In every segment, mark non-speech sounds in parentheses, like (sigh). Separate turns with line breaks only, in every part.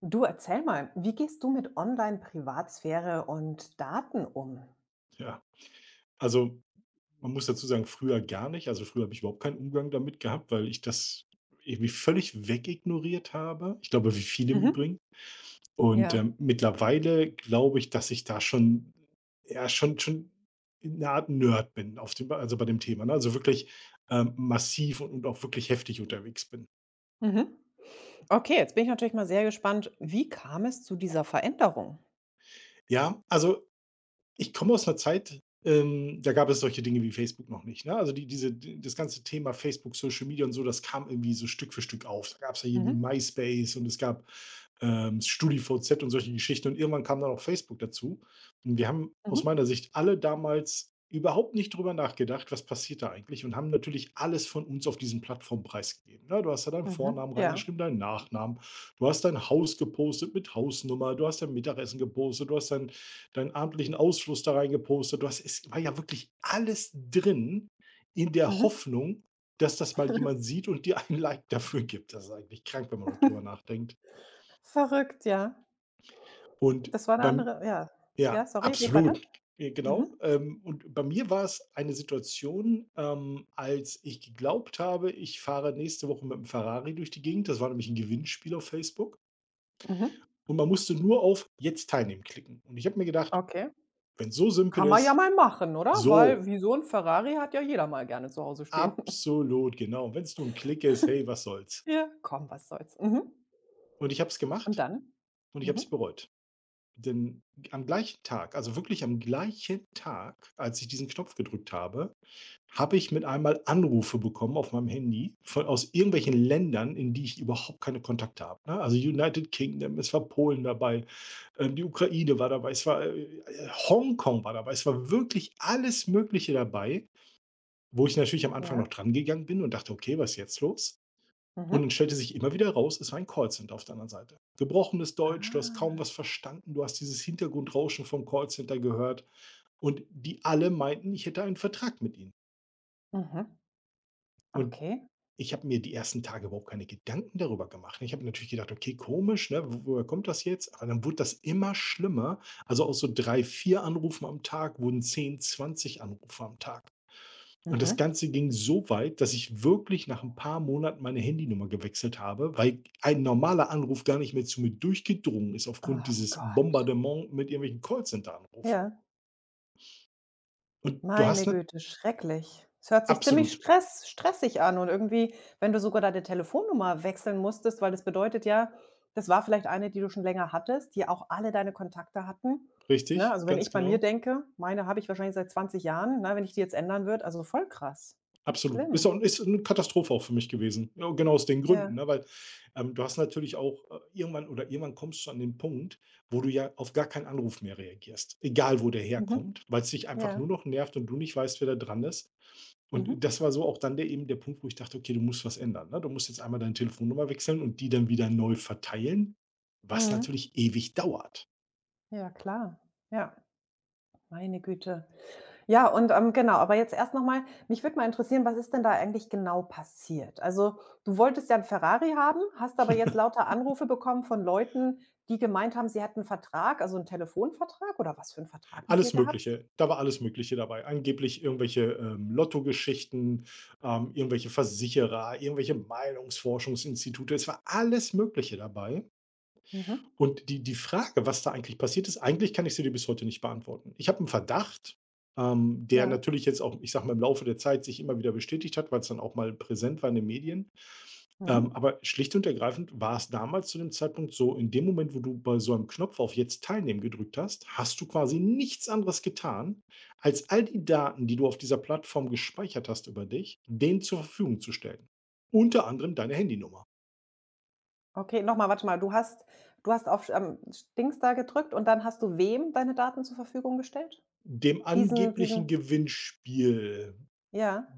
Du erzähl mal, wie gehst du mit Online-Privatsphäre und Daten um?
Ja, also, man muss dazu sagen, früher gar nicht. Also, früher habe ich überhaupt keinen Umgang damit gehabt, weil ich das irgendwie völlig wegignoriert habe. Ich glaube, wie viele im
Mhm.
Übrigen. Und,
Ja.
mittlerweile glaube ich, dass ich da schon ja, schon 'ne Art Nerd bin bei dem Thema, ne? Also, wirklich, massiv und auch wirklich heftig unterwegs bin.
Mhm. Okay, jetzt bin ich natürlich mal sehr gespannt, wie kam es zu dieser Veränderung?
Ja, also, ich komme aus einer Zeit, da gab es solche Dinge wie Facebook noch nicht, ne? Also, die diese d das ganze Thema Facebook, Social Media und so, das kam irgendwie so Stück für Stück auf. Da gab es ja irgendwie
Mhm.
MySpace und es gab, StudiVZ und solche Geschichten, und irgendwann kam dann auch Facebook dazu. Und wir haben aus
Mhm.
meiner Sicht alle damals überhaupt nicht drüber nachgedacht, was passiert da eigentlich, und haben natürlich alles von uns auf diesen Plattformen preisgegeben, ne? Du hast da deinen
Mhm.
Vornamen
Ja.
reingeschrieben, deinen Nachnamen, du hast dein Haus gepostet mit Hausnummer, du hast dein Mittagessen gepostet, du hast deinen abendlichen Ausfluss da rein gepostet. Du hast, es war ja wirklich alles drin, in der
Mhm.
Hoffnung, dass das mal jemand
(laughs)
sieht und dir ein (laughs) Like dafür gibt. Das ist eigentlich krank, wenn man heute drüber nachdenkt.
Verrückt, ja.
Und
Das war eine
beim
andere, ja.
Ja,
Ja, sorry, red weiter.
absolut. Genau.
Mhm.
Und bei mir war es eine Situation, als ich geglaubt habe, ich fahre nächste Woche mit dem Ferrari durch die Gegend. Das war nämlich ein Gewinnspiel auf Facebook.
Mhm.
Und man musste nur auf „Jetzt teilnehmen“ klicken. Und ich habe mir gedacht,
Okay.
wenn es so simpel
Kann man ja
ist,
mal machen, oder? Weil
so
wie so ein Ferrari hat ja jeder mal gerne zu Hause stehen. (laughs)
absolut, genau. Und wenn es nur ein Klick ist, hey, was soll's?
Ja, komm, was soll's. Mhm.
Und ich habe es
Und
gemacht
dann?
und ich habe es
Mhm.
bereut. Denn am gleichen Tag, also wirklich am gleichen Tag, als ich diesen Knopf gedrückt habe, habe ich mit einmal Anrufe bekommen auf meinem Handy von aus irgendwelchen Ländern, in die ich überhaupt keine Kontakte habe, ne? Also, United Kingdom, es war Polen dabei, die Ukraine war dabei, es war, Hongkong war dabei. Es war wirklich alles Mögliche dabei, wo ich natürlich am Anfang
Ja.
noch dran gegangen bin und dachte: „Okay, was ist jetzt los?“ Und dann
Mhm.
stellte sich immer wieder raus, es war ein Callcenter auf der anderen Seite. Gebrochenes Deutsch, du hast kaum
Ah.
was verstanden, du hast dieses Hintergrundrauschen vom Callcenter gehört. Und die alle meinten, ich hätte einen Vertrag mit ihnen.
Mhm.
Und
Okay.
ich habe mir die ersten Tage überhaupt keine Gedanken darüber gemacht. Ich habe natürlich gedacht, okay, komisch, ne? Woher kommt das jetzt? Aber dann wurde das immer schlimmer. Also aus so drei, vier Anrufen am Tag wurden 10, 20 Anrufe am Tag. Und das
Mhm.
Ganze ging so weit, dass ich wirklich nach ein paar Monaten meine Handynummer gewechselt habe, weil ein normaler Anruf gar nicht mehr zu mir durchgedrungen ist aufgrund
Oh
dieses
Gott.
Bombardement mit irgendwelchen Callcenter-Anrufen.
Ja,
Und du
meine
hast 'ne
Güte, schrecklich. Es hört sich ziemlich
absolut,
stressig an und irgendwie, wenn du sogar deine Telefonnummer wechseln musstest, weil das bedeutet ja, das war vielleicht eine, die du schon länger hattest, die auch alle deine Kontakte hatten, ne?
richtig,
Also, wenn
ganz
ich bei mir
genau,
denke, meine habe ich wahrscheinlich seit 20 Jahren, ne, wenn ich die jetzt ändern würde, also voll krass.
absolut. Ist
Schlimm.
auch, ist 'ne Katastrophe auch für mich gewesen. Ja, genau aus den Gründen,
Ja.
ne, weil, du hast natürlich auch, irgendwann, oder irgendwann kommst du an den Punkt, wo du ja auf gar keinen Anruf mehr reagierst, egal wo der
Mhm.
herkommt, weil es dich einfach nur
Ja.
noch nervt und du nicht weißt, wer da dran ist. Und
Mhm.
das war so auch dann der eben der Punkt, wo ich dachte: „Okay, du musst was ändern, ne? Du musst jetzt einmal deine Telefonnummer wechseln und die dann wieder neu verteilen“, was
Mhm.
natürlich ewig dauert.
Ja, klar. Ja, meine Güte. Ja, und, genau, aber jetzt erst noch mal mich würde mal interessieren, was ist denn da eigentlich genau passiert? Also, du wolltest ja 'n Ferrari haben, hast aber jetzt lauter Anrufe bekommen von Leuten, die gemeint haben, sie hätten 'n Vertrag, also 'n Telefonvertrag oder was für 'n Vertrag mit dir
Alles
gehabt?
Mögliche, da war alles Mögliche dabei. Angeblich irgendwelche, Lottogeschichten, irgendwelche Versicherer, irgendwelche Meinungsforschungsinstitute. Es war alles Mögliche dabei.
Mhm.
Und die Frage, was da eigentlich passiert ist, eigentlich kann ich sie dir bis heute nicht beantworten. Ich habe einen Verdacht, der
Ja.
natürlich jetzt auch, ich sage mal, im Laufe der Zeit sich immer wieder bestätigt hat, weil es dann auch mal präsent war in den Medien.
Mhm.
Aber schlicht und ergreifend war es damals zu dem Zeitpunkt so, in dem Moment, wo du bei so einem Knopf auf „Jetzt teilnehmen“ gedrückt hast, hast du quasi nichts anderes getan, als all die Daten, die du auf dieser Plattform gespeichert hast über dich, denen zur Verfügung zu stellen. Unter anderem deine Handynummer,
Okay, noch mal, warte mal, du hast auf, s Dings da gedrückt und dann hast du wem deine Daten zur Verfügung gestellt?
dem
Diesen
angeblichen
diesen
Gewinnspielbetreiber.
ja,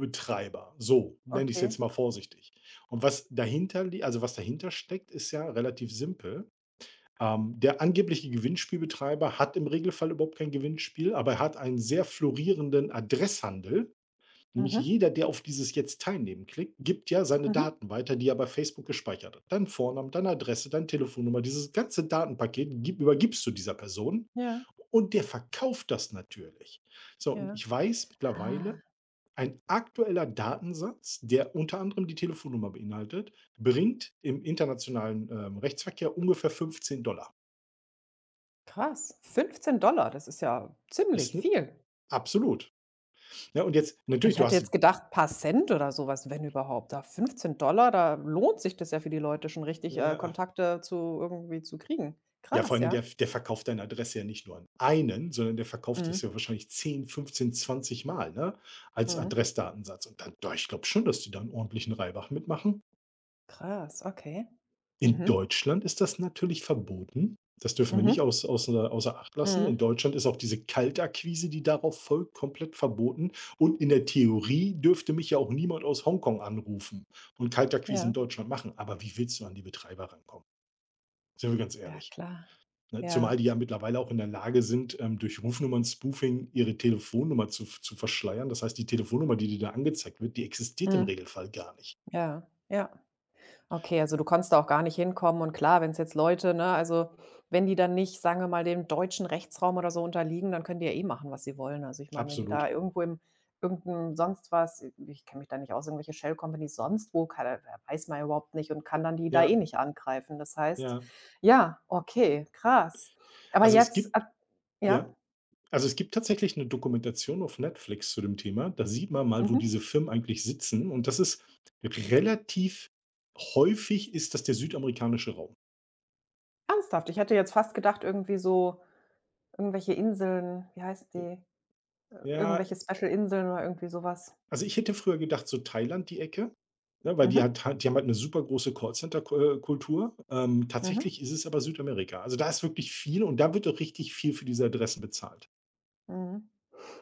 So nenne ich es
okay.
jetzt mal vorsichtig. Und was dahinter steckt, ist ja relativ simpel. Der angebliche Gewinnspielbetreiber hat im Regelfall überhaupt kein Gewinnspiel, aber er hat einen sehr florierenden Adresshandel. Nämlich
Mhm.
jeder, der auf dieses „Jetzt teilnehmen“ klickt, gibt ja seine
Mhm.
Daten weiter, die er bei Facebook gespeichert hat. Dein Vornamen, deine Adresse, deine Telefonnummer, dieses ganze Datenpaket übergibst du dieser Person,
Ja,
und der verkauft das natürlich. So, und
ja.
ich weiß
Ah.
mittlerweile, ein aktueller Datensatz, der unter anderem die Telefonnummer beinhaltet, bringt im internationalen Rechtsverkehr ungefähr 15 Dollar.
Krass, 15, das ist ja ziemlich
Ist 'ne
viel.
absolut. Ja, und jetzt natürlich,
Ich
du
hätte
hast
jetzt gedacht, paar Cent oder sowas, wenn überhaupt. Da 15, da lohnt sich das ja für die Leute schon richtig,
ja,
Kontakte zu irgendwie zu kriegen.
ja, vor
Krass,
allen Dingen,
ja.
der verkauft deine Adresse ja nicht nur an einen, sondern der verkauft das
Mhm.
ja wahrscheinlich zehn, fünfzehn, 20 Mal, ne, als
Mhm.
Adressdatensatz. Und dann ja, ich glaube schon, dass die da 'n ordentlichen Reibach mitmachen.
Krass, okay.
In
Mhm.
Deutschland ist das natürlich verboten. Das dürfen wir nicht
Mhm.
aus außer außer Acht lassen. In
Mhm.
Deutschland ist auch diese Kaltakquise, die darauf folgt, komplett verboten. Und in der Theorie dürfte mich ja auch niemand aus Hongkong anrufen und Kaltakquise in
Ja.
Deutschland machen. Aber wie willst du an die Betreiber rankommen? Sind wir ganz
Ja,
ehrlich.
klar.
Ne, zumal
Ja.
die ja mittlerweile auch in der Lage sind, durch Rufnummern-Spoofing ihre Telefonnummer zu verschleiern. Das heißt, die Telefonnummer, die dir da angezeigt wird, die existiert im
Mhm.
Regelfall gar nicht.
Ja. Ja. Okay, also du konntest da auch gar nicht hinkommen und klar, wenn es jetzt Leute, ne, also wenn die dann nicht, sagen wir mal, dem deutschen Rechtsraum oder so unterliegen, dann können die ja eh machen, was sie wollen. Also ich meine, wenn die
Absolut.
da irgendwo im irgend sonst was, ich kenne mich da nicht aus, irgendwelche Shell Companies sonst wo, keine, ja, weiß man ja überhaupt nicht und kann dann die da
Ja,
eh nicht angreifen. Das heißt,
ja.
ja, okay, krass. Aber
Also, es
jetzt
gibt
ab
Ja,
ja?
also, es gibt tatsächlich eine Dokumentation auf Netflix zu dem Thema. Da sieht man mal, wo
Mhm.
diese Firmen eigentlich sitzen, und das ist relativ häufig ist das der südamerikanische Raum.
Ernsthaft? Ich hätte jetzt fast gedacht, irgendwie so irgendwelche Inseln, wie heißt die?
Ja,
Irgendwelche Special Inseln oder irgendwie sowas.
also, ich hätte früher gedacht, so Thailand die Ecke, ne, weil die
Mhm.
hat halt die haben halt 'ne super große Callcenter Kultur.
Mhm,
Tatsächlich ist es aber Südamerika. Also, da ist wirklich viel und da wird auch richtig viel für diese Adressen bezahlt.
mhm.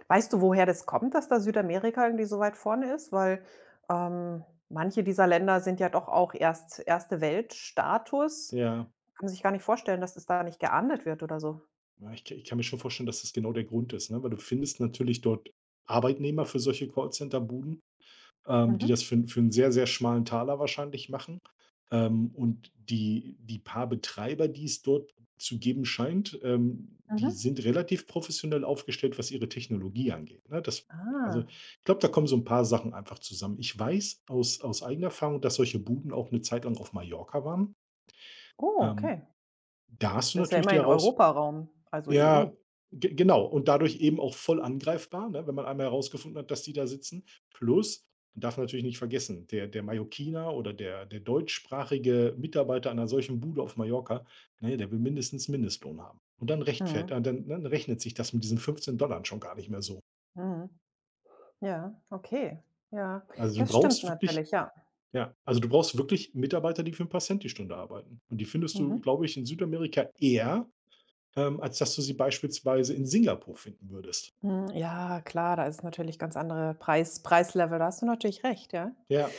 Weißt du, woher das kommt, dass da Südamerika irgendwie so weit vorne ist? Weil, manche dieser Länder sind ja doch auch erst Erste-Welt-Status.
Ja,
Kann man sich gar nicht vorstellen, dass das da nicht geahndet wird oder so.
ja, ich kann mir schon vorstellen, dass das genau der Grund ist, ne, weil du findest natürlich dort Arbeitnehmer für solche Callcenter-Buden. Die das
Mhm,
für 'n sehr, sehr schmalen Taler wahrscheinlich machen. Und die paar Betreiber, die es dort zu geben scheint,
mhm.
die sind relativ professionell aufgestellt, was ihre Technologie angeht, ne? Das Also,
Ah,
ich glaube, da kommen so ein paar Sachen einfach zusammen. Ich weiß aus eigener Erfahrung, dass solche Buden auch eine Zeit lang auf Mallorca waren.
oh,
Ähm,
okay.
Da hast du
Das ist ja
natürlich die
immerhin
Heraus
Europaraum, also
ja,
EU.
ge genau. Und dadurch eben auch voll angreifbar, ne, wenn man einmal herausgefunden hat, dass die da sitzen. Plus, man darf natürlich nicht vergessen, der der Mallorquiner, oder der der deutschsprachige Mitarbeiter einer solchen Bude auf Mallorca, ne, der will mindestens Mindestlohn haben. Und dann rechtfert
Mhm,
dann dann rechnet sich das mit diesen fünfzehn Dollar schon gar nicht mehr so.
mhm. Ja, okay. Ja,
Also, du
das stimmt
brauchst wirklich
natürlich, ja.
ja, also du brauchst wirklich Mitarbeiter, die für ein paar Cent die Stunde arbeiten. Und die findest du,
Mhm.
glaube ich, in Südamerika eher, als dass du sie beispielsweise in Singapur finden würdest.
Mhm, ja, klar, da ist natürlich ganz andere Preislevel, da hast du natürlich recht, ja.
Ja,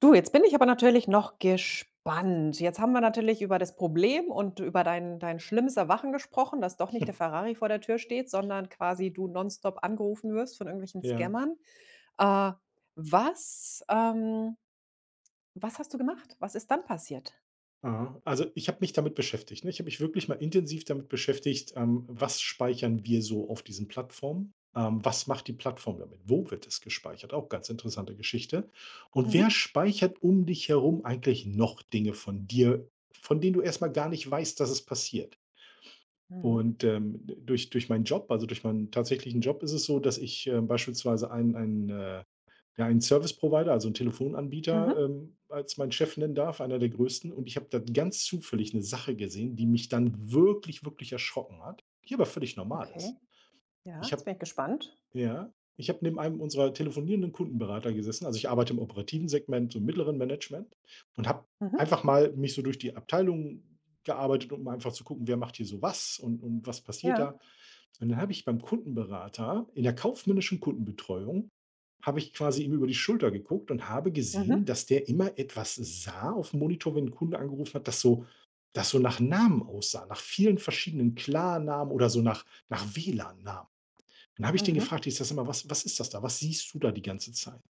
Du, jetzt bin ich aber natürlich noch gespannt. Jetzt haben wir natürlich über das Problem und über dein schlimmes Erwachen gesprochen, dass doch nicht der
(laughs)
Ferrari vor der Tür steht, sondern quasi du nonstop angerufen wirst von irgendwelchen
ja.
Scammern. Äh, was ähm, Was hast du gemacht? Was ist dann passiert?
Aha. Also, ich habe mich damit beschäftigt, ne? Ich habe mich wirklich mal intensiv damit beschäftigt, was speichern wir so auf diesen Plattformen? Was macht die Plattform damit? Wo wird es gespeichert? Auch ganz interessante Geschichte. Und wer
Mhm.
speichert um dich herum eigentlich noch Dinge von dir, von denen du erstmal gar nicht weißt, dass es passiert?
Mhm.
Und, durch durch meinen Job, also durch meinen tatsächlichen Job, ist es so, dass ich, beispielsweise ja, einen Service Provider, also 'n Telefonanbieter,
Mhm.
als meinen Chef nennen darf, einer der größten. Und ich habe da ganz zufällig eine Sache gesehen, die mich dann wirklich, wirklich erschrocken hat, die aber völlig normal
Okay.
ist.
Ja,
Ich
jetzt
habe
bin ich gespannt.
Ja, ich habe neben einem unserer telefonierenden Kundenberater gesessen. Also, ich arbeite im operativen Segment, so im mittleren Management, und habe
Mhm.
einfach mal mich so durch die Abteilungen gearbeitet, um einfach zu gucken, wer macht hier so was, und was passiert da.
Ja.
Und dann habe ich beim Kundenberater in der kaufmännischen Kundenbetreuung habe ich quasi ihm über die Schulter geguckt und habe gesehen,
Mhm.
dass der immer etwas sah auf dem Monitor, wenn 'n Kunde angerufen hat, das so nach Namen aussah, nach vielen verschiedenen Klarnamen oder so nach WLAN-Namen. Dann habe ich den
Mhm.
gefragt, ich sage: „Sag mal, was ist das da? Was siehst du da die ganze Zeit?“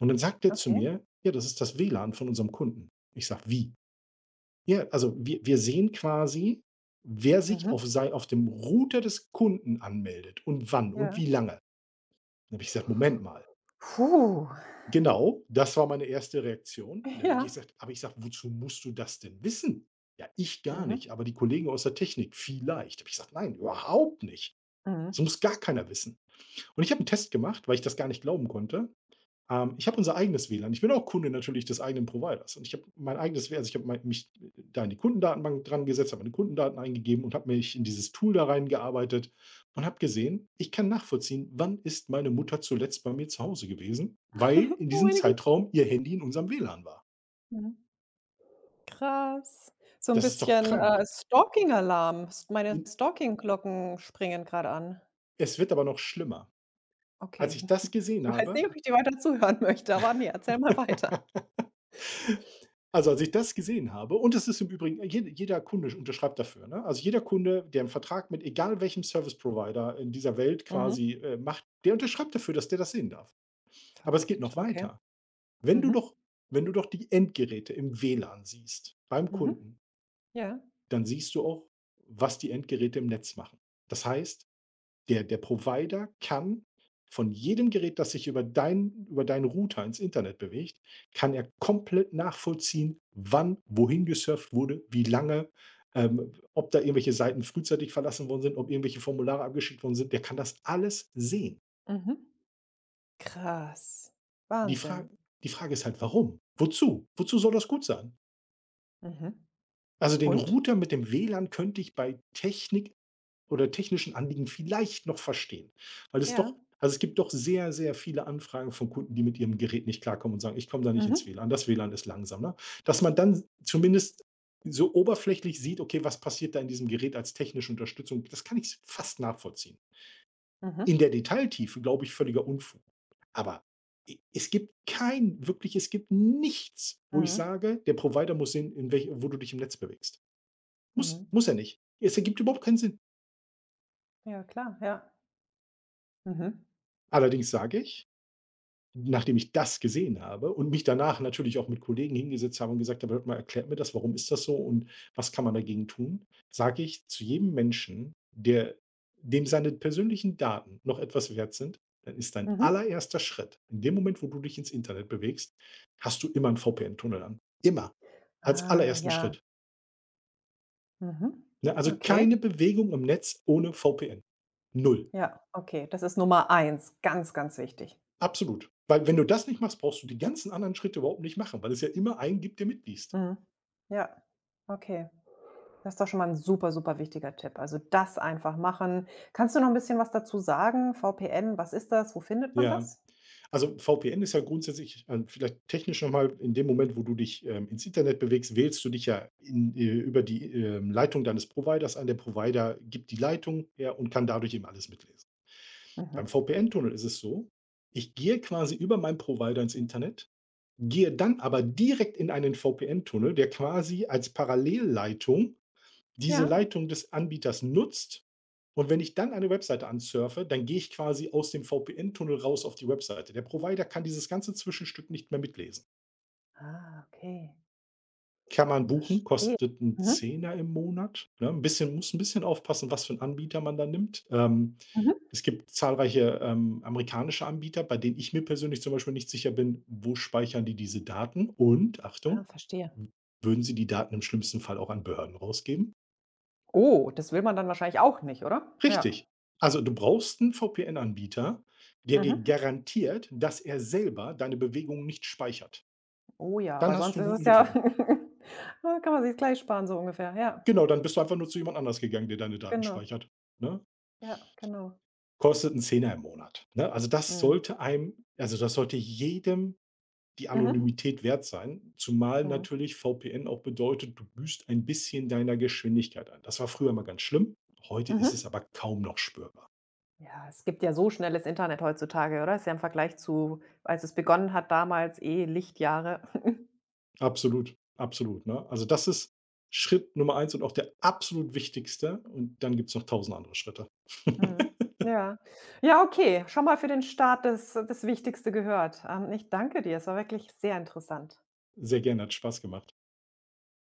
Und dann sagt er zu
Okay.
mir: „Ja, das ist das WLAN von unserem Kunden.“ Ich sage: „Wie?“ Ja, also wir sehen quasi, wer sich
Mhm.
auf dem Router des Kunden anmeldet und wann und
Ja.
wie lange. Dann habe ich gesagt: „Moment mal."
Puh.
Genau, das war meine erste Reaktion.
(laughs)
Dann habe ich
Ja.
gesagt aber ich sage: „Wozu musst du das denn wissen?" „Ja, ich gar
Mhm.
nicht, aber die Kollegen aus der Technik vielleicht." Habe ich gesagt: „Nein, überhaupt nicht. Das
Mhm.
muss gar keiner wissen." Und ich habe einen Test gemacht, weil ich das gar nicht glauben konnte. Ich habe unser eigenes WLAN. Ich bin auch Kunde natürlich des eigenen Providers und ich habe mein eigenes W LAN, also, ich habe mein mich da in die Kundendatenbank dran gesetzt, habe meine Kundendaten eingegeben und habe mich in dieses Tool da reingearbeitet und habe gesehen, ich kann nachvollziehen, wann ist meine Mutter zuletzt bei mir zu Hause gewesen, weil
(laughs)
in
Oh,
diesem
meine Güte.
Zeitraum ihr Handy in unserem WLAN war.
Mhm. Krass. So ein
Das ist doch
bisschen,
krank.
Stalking-Alarm. S Meine
In
Stalking-Glocken springen gerade an.
es wird aber noch schlimmer. Als
Okay.
ich
(laughs)
das gesehen
Ich weiß
habe
nicht, ob ich dir weiter zuhören möchte, aber ne, erzähl mal weiter.
(laughs) Also, als ich das gesehen habe, und es ist im Übrigen, jeder Kunde unterschreibt dafür, ne? Also, jeder Kunde, der einen Vertrag mit egal welchem Service Provider in dieser Welt
Mhm.
quasi macht, der unterschreibt dafür, dass der das sehen darf. Aber es geht
Verrückt,
noch
okay.
weiter. Wenn du
Mhm.
doch wenn du doch die Endgeräte im WLAN siehst beim
Mhm.
Kunden,
Ja.
dann siehst du auch, was die Endgeräte im Netz machen. Das heißt, der Provider kann von jedem Gerät, das sich über deinen Router ins Internet bewegt, kann er komplett nachvollziehen, wann wohin gesurft wurde, wie lange, ob da irgendwelche Seiten frühzeitig verlassen worden sind, ob irgendwelche Formulare abgeschickt worden sind. Der kann das alles sehen.
Mhm. Krass.
Die Fra
Wahnsinn.
die Frage ist halt: Warum? Wozu? Wozu soll das gut sein?
Mhm.
Also, den
Und?
Router mit dem WLAN könnte ich bei Technik oder technischen Anliegen vielleicht noch verstehen. Weil es
Ja.
doch, also, es gibt doch sehr, sehr viele Anfragen von Kunden, die mit ihrem Gerät nicht klarkommen und sagen: „Ich komme da nicht ins
Mhm.
WLAN, das WLAN ist langsam", ne? Dass man dann zumindest so oberflächlich sieht: Okay, was passiert da in diesem Gerät als technische Unterstützung? Das kann ich fast nachvollziehen.
Mhm.
In der Detailtiefe glaube ich völliger Unfug. Aber e es gibt kein, wirklich, es gibt nichts, wo ich
Mhm.
sage: „Der Provider muss sehen, in welch wo du dich im Netz bewegst." Muss
Mhm.
muss er nicht. Es ergibt überhaupt keinen Sinn.
Ja, klar, ja. Mhm.
Allerdings sage ich: Nachdem ich das gesehen habe und mich danach natürlich auch mit Kollegen hingesetzt habe und gesagt habe: „Hört mal, erklärt mir das, warum ist das so und was kann man dagegen tun?", sage ich zu jedem Menschen, der dem seine persönlichen Daten noch etwas wert sind, dann ist dein
Mhm.
allererster Schritt in dem Moment, wo du dich ins Internet bewegst, hast du immer 'n VPN-Tunnel an. Immer. Als
Ah,
allerersten
ja.
Schritt,
Mhm.
ne? Also,
Okay.
keine Bewegung im Netz ohne VPN. Null.
Ja, okay. Das ist Nummer eins, ganz, ganz wichtig.
Absolut. Weil wenn du das nicht machst, brauchst du die ganzen anderen Schritte überhaupt nicht machen, weil es ja immer einen gibt, der mitliest.
Mhm. Ja, okay. Das ist doch schon mal ein super, super wichtiger Tipp. Also, das einfach machen. Kannst du noch ein bisschen was dazu sagen? VPN, was ist das? Wo findet man
Ja,
das?
also VPN ist ja grundsätzlich, vielleicht technisch noch mal: In dem Moment, wo du dich ins Internet bewegst, wählst du dich ja in, über die Leitung deines Providers an. Der Provider gibt die Leitung her und kann dadurch eben alles mitlesen.
Mhm.
Beim VPN-Tunnel ist es so: Ich gehe quasi über meinen Provider ins Internet, gehe dann aber direkt in einen VPN-Tunnel, der quasi als Parallelleitung diese
Ja?
Leitung des Anbieters nutzt, und wenn ich dann eine Webseite ansurfe, dann gehe ich quasi aus dem VPN-Tunnel raus auf die Webseite. Der Provider kann dieses ganze Zwischenstück nicht mehr mitlesen.
Ah, okay.
Kann man buchen,
Verstehe.
kostet 'n
Mhm,
Zehner im Monat, ne? 'N bisschen muss ein bisschen aufpassen, was für einen Anbieter man da nimmt.
mhm.
Es gibt zahlreiche amerikanische Anbieter, bei denen ich mir persönlich zum Beispiel nicht sicher bin, wo speichern die diese Daten, und
Ah,
Achtung,
verstehe.
würden sie die Daten im schlimmsten Fall auch an Behörden rausgeben?
Oh, das will man dann wahrscheinlich auch nicht, oder? Ja.
Richtig. Also du brauchst 'n VPN-Anbieter, der dir
Mhm.
garantiert, dass er selber deine Bewegungen nicht speichert.
Oh ja,
Dann
weil
hast
sonst
du einen
ist
guten
es ja (laughs)
gefunden.
ah, kann man sich gleich sparen so ungefähr. Ja,
Genau, dann bist du einfach nur zu jemand anders gegangen, der deine Daten
genau.
speichert, ne?
Ja, genau.
Kostet 'n Zehner im Monat, ne? Also,
Mhm.
das sollte jedem die
Mhm.
Anonymität wert sein, zumal
Mhm.
natürlich VPN auch bedeutet, du büßt ein bisschen deiner Geschwindigkeit ein. Das war früher mal ganz schlimm, heute ist es
Mhm.
aber kaum noch spürbar.
Ja, es gibt ja so schnelles Internet heutzutage, oder? Ist ja im Vergleich zu, als es begonnen hat damals, eh Lichtjahre. (laughs)
Absolut, absolut, ne? Also, das ist Schritt Nummer eins und auch der absolut wichtigste, und dann gibt's noch tausend andere Schritte.
Mhm.
(laughs)
Ja. Ja, okay. Schon mal für den Start das Wichtigste gehört. Ich danke dir. Es war wirklich sehr interessant.
Sehr gerne, hat Spaß gemacht.